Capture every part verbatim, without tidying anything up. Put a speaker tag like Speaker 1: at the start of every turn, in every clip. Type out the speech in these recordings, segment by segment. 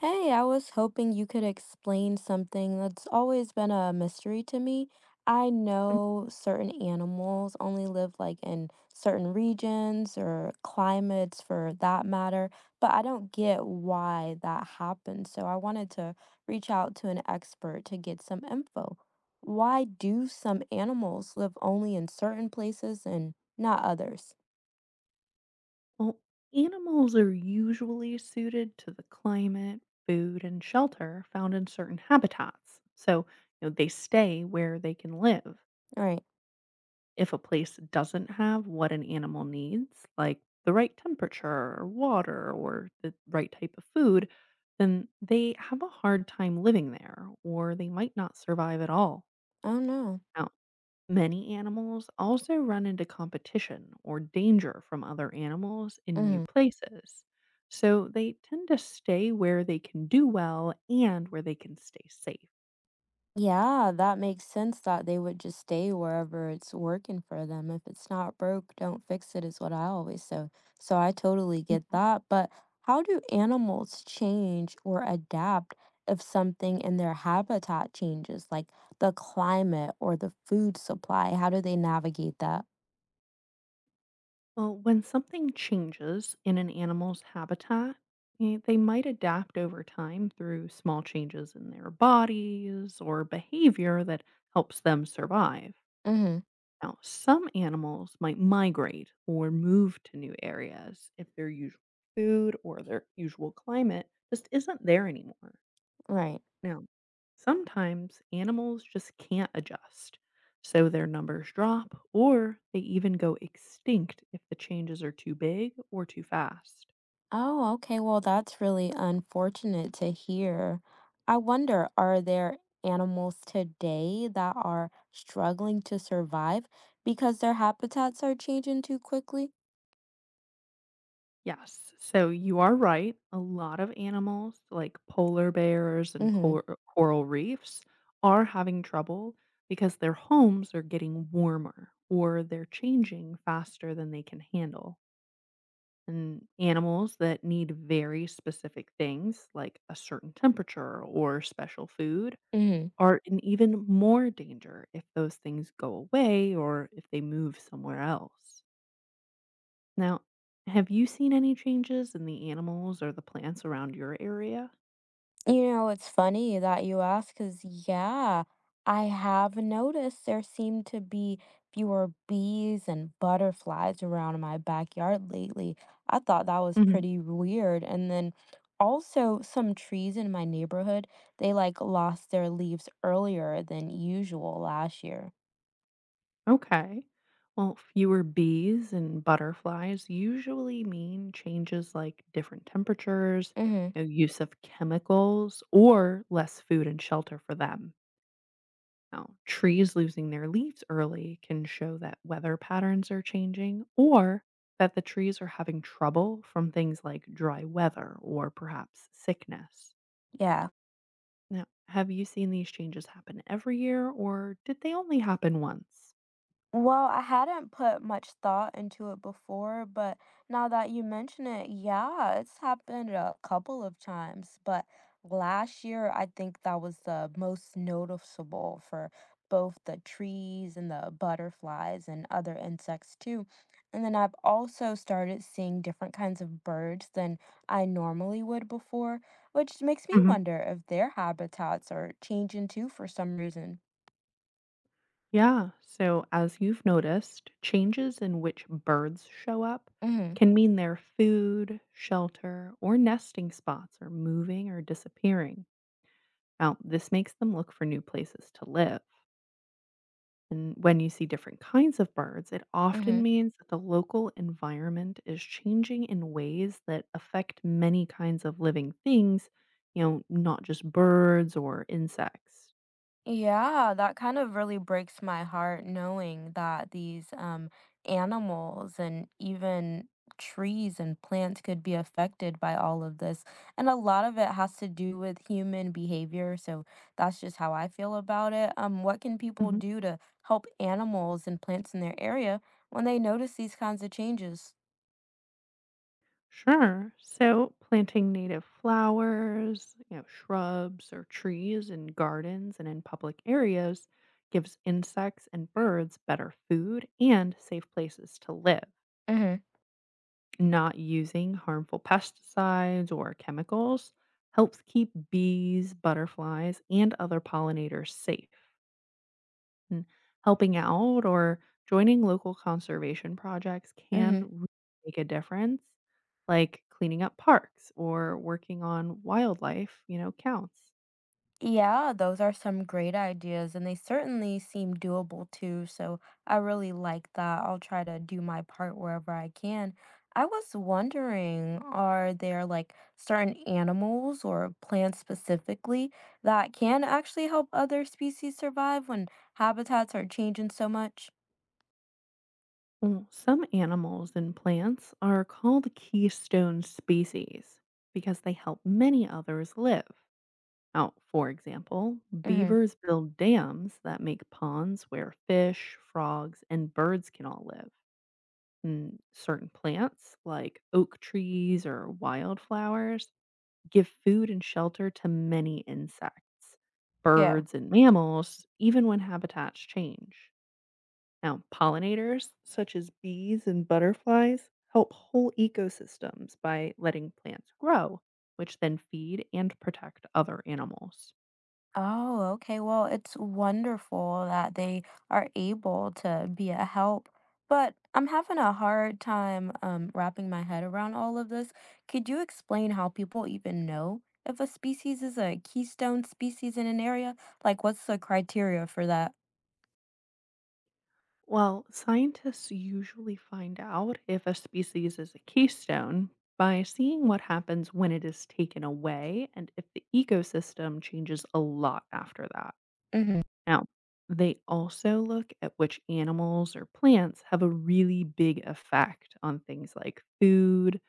Speaker 1: Hey, I was hoping you could explain something that's always been a mystery to me. I know certain animals only live like in certain regions or climates for that matter, but I don't get why that happens. So I wanted to reach out to an expert to get some info. Why do some animals live only in certain places and not others?
Speaker 2: Well, animals are usually suited to the climate, food, and shelter found in certain habitats. So, you know, they stay where they can live.
Speaker 1: Right.
Speaker 2: If a place doesn't have what an animal needs, like the right temperature or water or the right type of food, then they have a hard time living there or they might not survive at all.
Speaker 1: I don't know.
Speaker 2: Many animals also run into competition or danger from other animals in new
Speaker 1: Mm-hmm.
Speaker 2: places, so they tend to stay where they can do well and where they can stay safe.
Speaker 1: Yeah, that makes sense that they would just stay wherever it's working for them. If it's not broke, don't fix it is what I always say. So I totally get
Speaker 2: Mhm.
Speaker 1: that. But how do animals change or adapt if something in their habitat changes, like the climate or the food supply? How do they navigate that?
Speaker 2: Well, when something changes in an animal's habitat, eh, they might adapt over time through small changes in their bodies or behavior that helps them survive.
Speaker 1: Mm-hmm.
Speaker 2: Now, some animals might migrate or move to new areas if their usual food or their usual climate just isn't there anymore.
Speaker 1: Right.
Speaker 2: Now, sometimes animals just can't adjust, so their numbers drop or they even go extinct if the changes are too big or too fast.
Speaker 1: Oh, okay. Well, that's really unfortunate to hear. I wonder, are there animals today that are struggling to survive because their habitats are changing too quickly?
Speaker 2: Yes. So you are right. A lot of animals, like polar bears and
Speaker 1: Mm-hmm.
Speaker 2: cor- uh, coral reefs, are having trouble because their homes are getting warmer or they're changing faster than they can handle. And animals that need very specific things, like a certain temperature or special food,
Speaker 1: Mm-hmm.
Speaker 2: are in even more danger if those things go away or if they move somewhere else. Now, have you seen any changes in the animals or the plants around your area?
Speaker 1: You know, it's funny that you ask, because yeah, I have noticed there seem to be fewer bees and butterflies around in my backyard lately. I thought that was
Speaker 2: Hmm.
Speaker 1: pretty weird. And then also some trees in my neighborhood, they like lost their leaves earlier than usual last year.
Speaker 2: Okay. Well, fewer bees and butterflies usually mean changes like different temperatures,
Speaker 1: Mm-hmm.
Speaker 2: you know, use of chemicals, or less food and shelter for them. Now, trees losing their leaves early can show that weather patterns are changing or that the trees are having trouble from things like dry weather or perhaps sickness.
Speaker 1: Yeah.
Speaker 2: Now, have you seen these changes happen every year, or did they only happen once?
Speaker 1: Well, I hadn't put much thought into it before, but now that you mention it, yeah, it's happened a couple of times. But last year, I think that was the most noticeable for both the trees and the butterflies and other insects too. And then I've also started seeing different kinds of birds than I normally would before, which makes me
Speaker 2: Hmm.
Speaker 1: wonder if their habitats are changing too for some reason.
Speaker 2: Yeah, so as you've noticed, changes in which birds show up
Speaker 1: Mm-hmm.
Speaker 2: can mean their food, shelter, or nesting spots are moving or disappearing. Now, this makes them look for new places to live. And when you see different kinds of birds, it often
Speaker 1: Mm-hmm.
Speaker 2: Mhm. means that the local environment is changing in ways that affect many kinds of living things, you know, not just birds or insects.
Speaker 1: Yeah, that kind of really breaks my heart knowing that these um, animals and even trees and plants could be affected by all of this. And a lot of it has to do with human behavior. So that's just how I feel about it. Um, what can people
Speaker 2: Mhm.
Speaker 1: do to help animals and plants in their area when they notice these kinds of changes?
Speaker 2: Sure. So planting native flowers, you know, shrubs or trees in gardens and in public areas gives insects and birds better food and safe places to live.
Speaker 1: Mm-hmm.
Speaker 2: Not using harmful pesticides or chemicals helps keep bees, butterflies, and other pollinators safe. And helping out or joining local conservation projects can
Speaker 1: Mm-hmm.
Speaker 2: really make a difference, like cleaning up parks or working on wildlife, you know, counts.
Speaker 1: Yeah, those are some great ideas, and they certainly seem doable too. So I really like that. I'll try to do my part wherever I can. I was wondering, are there like certain animals or plants specifically that can actually help other species survive when habitats are changing so much?
Speaker 2: Well, some animals and plants are called keystone species because they help many others live. Now, for example,
Speaker 1: Mm-hmm.
Speaker 2: beavers build dams that make ponds where fish, frogs, and birds can all live. And certain plants, like oak trees or wildflowers, give food and shelter to many insects,
Speaker 1: Yeah.
Speaker 2: birds, and mammals, even when habitats change. Now, pollinators, such as bees and butterflies, help whole ecosystems by letting plants grow, which then feed and protect other animals.
Speaker 1: Oh, okay. Well, it's wonderful that they are able to be a help, but I'm having a hard time um, wrapping my head around all of this. Could you explain how people even know if a species is a keystone species in an area? Like, what's the criteria for that?
Speaker 2: Well, scientists usually find out if a species is a keystone by seeing what happens when it is taken away and if the ecosystem changes a lot after that.
Speaker 1: Mm-hmm.
Speaker 2: Now, they also look at which animals or plants have a really big effect on things like food,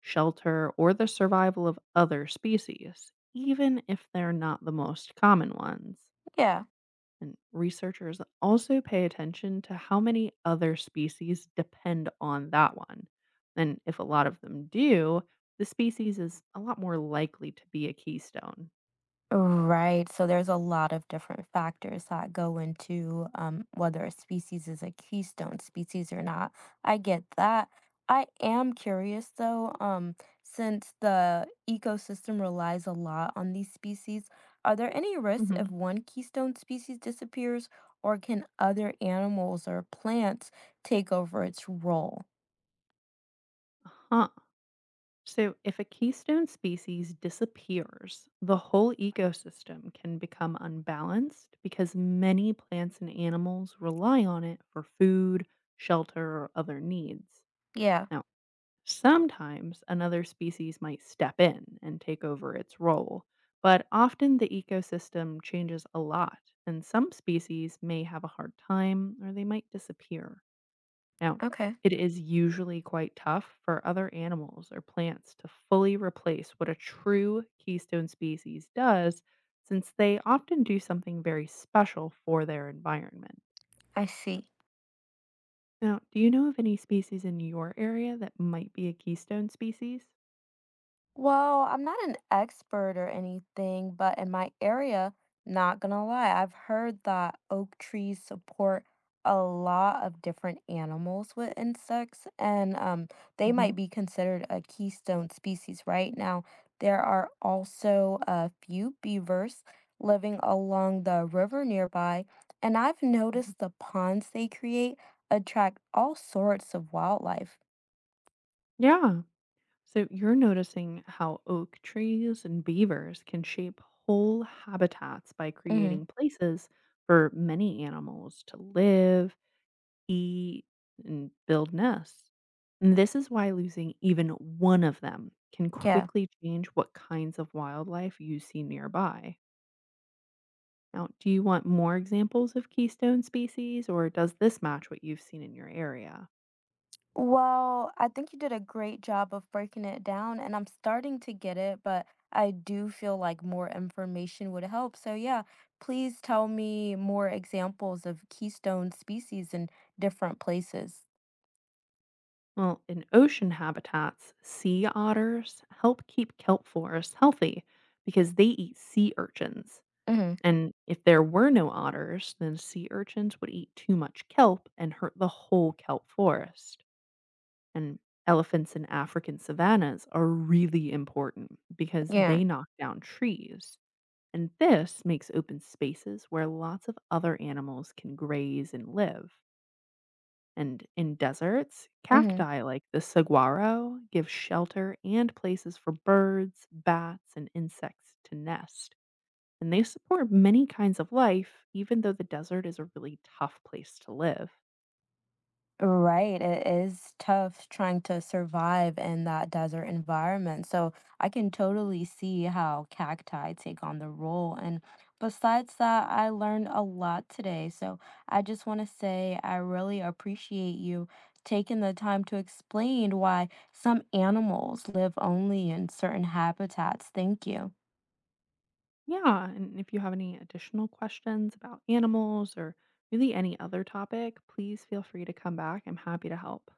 Speaker 2: shelter, or the survival of other species, even if they're not the most common ones.
Speaker 1: Yeah.
Speaker 2: And researchers also pay attention to how many other species depend on that one. And if a lot of them do, the species is a lot more likely to be a keystone.
Speaker 1: Right. So there's a lot of different factors that go into um, whether a species is a keystone species or not. I get that. I am curious though, um, since the ecosystem relies a lot on these species, are there any risks if
Speaker 2: Hmm.
Speaker 1: one keystone species disappears, or can other animals or plants take over its role?
Speaker 2: Huh. So if a keystone species disappears, the whole ecosystem can become unbalanced because many plants and animals rely on it for food, shelter, or other needs.
Speaker 1: Yeah.
Speaker 2: Now, sometimes another species might step in and take over its role, but often the ecosystem changes a lot, and some species may have a hard time or they might disappear. Now,
Speaker 1: Okay.
Speaker 2: it is usually quite tough for other animals or plants to fully replace what a true keystone species does, since they often do something very special for their environment.
Speaker 1: I see.
Speaker 2: Now, do you know of any species in your area that might be a keystone species?
Speaker 1: Well, I'm not an expert or anything, but in my area, not gonna lie, I've heard that oak trees support a lot of different animals with insects, and um, they
Speaker 2: Hmm.
Speaker 1: might be considered a keystone species. Right now, there are also a few beavers living along the river nearby, and I've noticed the ponds they create attract all sorts of wildlife.
Speaker 2: Yeah. So you're noticing how oak trees and beavers can shape whole habitats by
Speaker 1: Mm-hmm.
Speaker 2: creating places for many animals to live, eat, and build nests. And this is why losing even one of them can
Speaker 1: Yeah.
Speaker 2: quickly change what kinds of wildlife you see nearby. Now, do you want more examples of keystone species, or does this match what you've seen in your area?
Speaker 1: Well, I think you did a great job of breaking it down, and I'm starting to get it, but I do feel like more information would help. So, yeah, please tell me more examples of keystone species in different places.
Speaker 2: Well, in ocean habitats, sea otters help keep kelp forests healthy because they eat sea urchins.
Speaker 1: hmm
Speaker 2: And if there were no otters, then sea urchins would eat too much kelp and hurt the whole kelp forest. And elephants in African savannas are really important because
Speaker 1: Yeah.
Speaker 2: they knock down trees. And this makes open spaces where lots of other animals can graze and live. And in deserts,
Speaker 1: hmm
Speaker 2: cacti like the saguaro give shelter and places for birds, bats, and insects to nest. And they support many kinds of life, even though the desert is a really tough place to live.
Speaker 1: Right, it is tough trying to survive in that desert environment. So I can totally see how cacti take on the role. And besides that, I learned a lot today. So I just want to say I really appreciate you taking the time to explain why some animals live only in certain habitats. Thank you.
Speaker 2: Yeah, and if you have any additional questions about animals or really any other topic, please feel free to come back. I'm happy to help.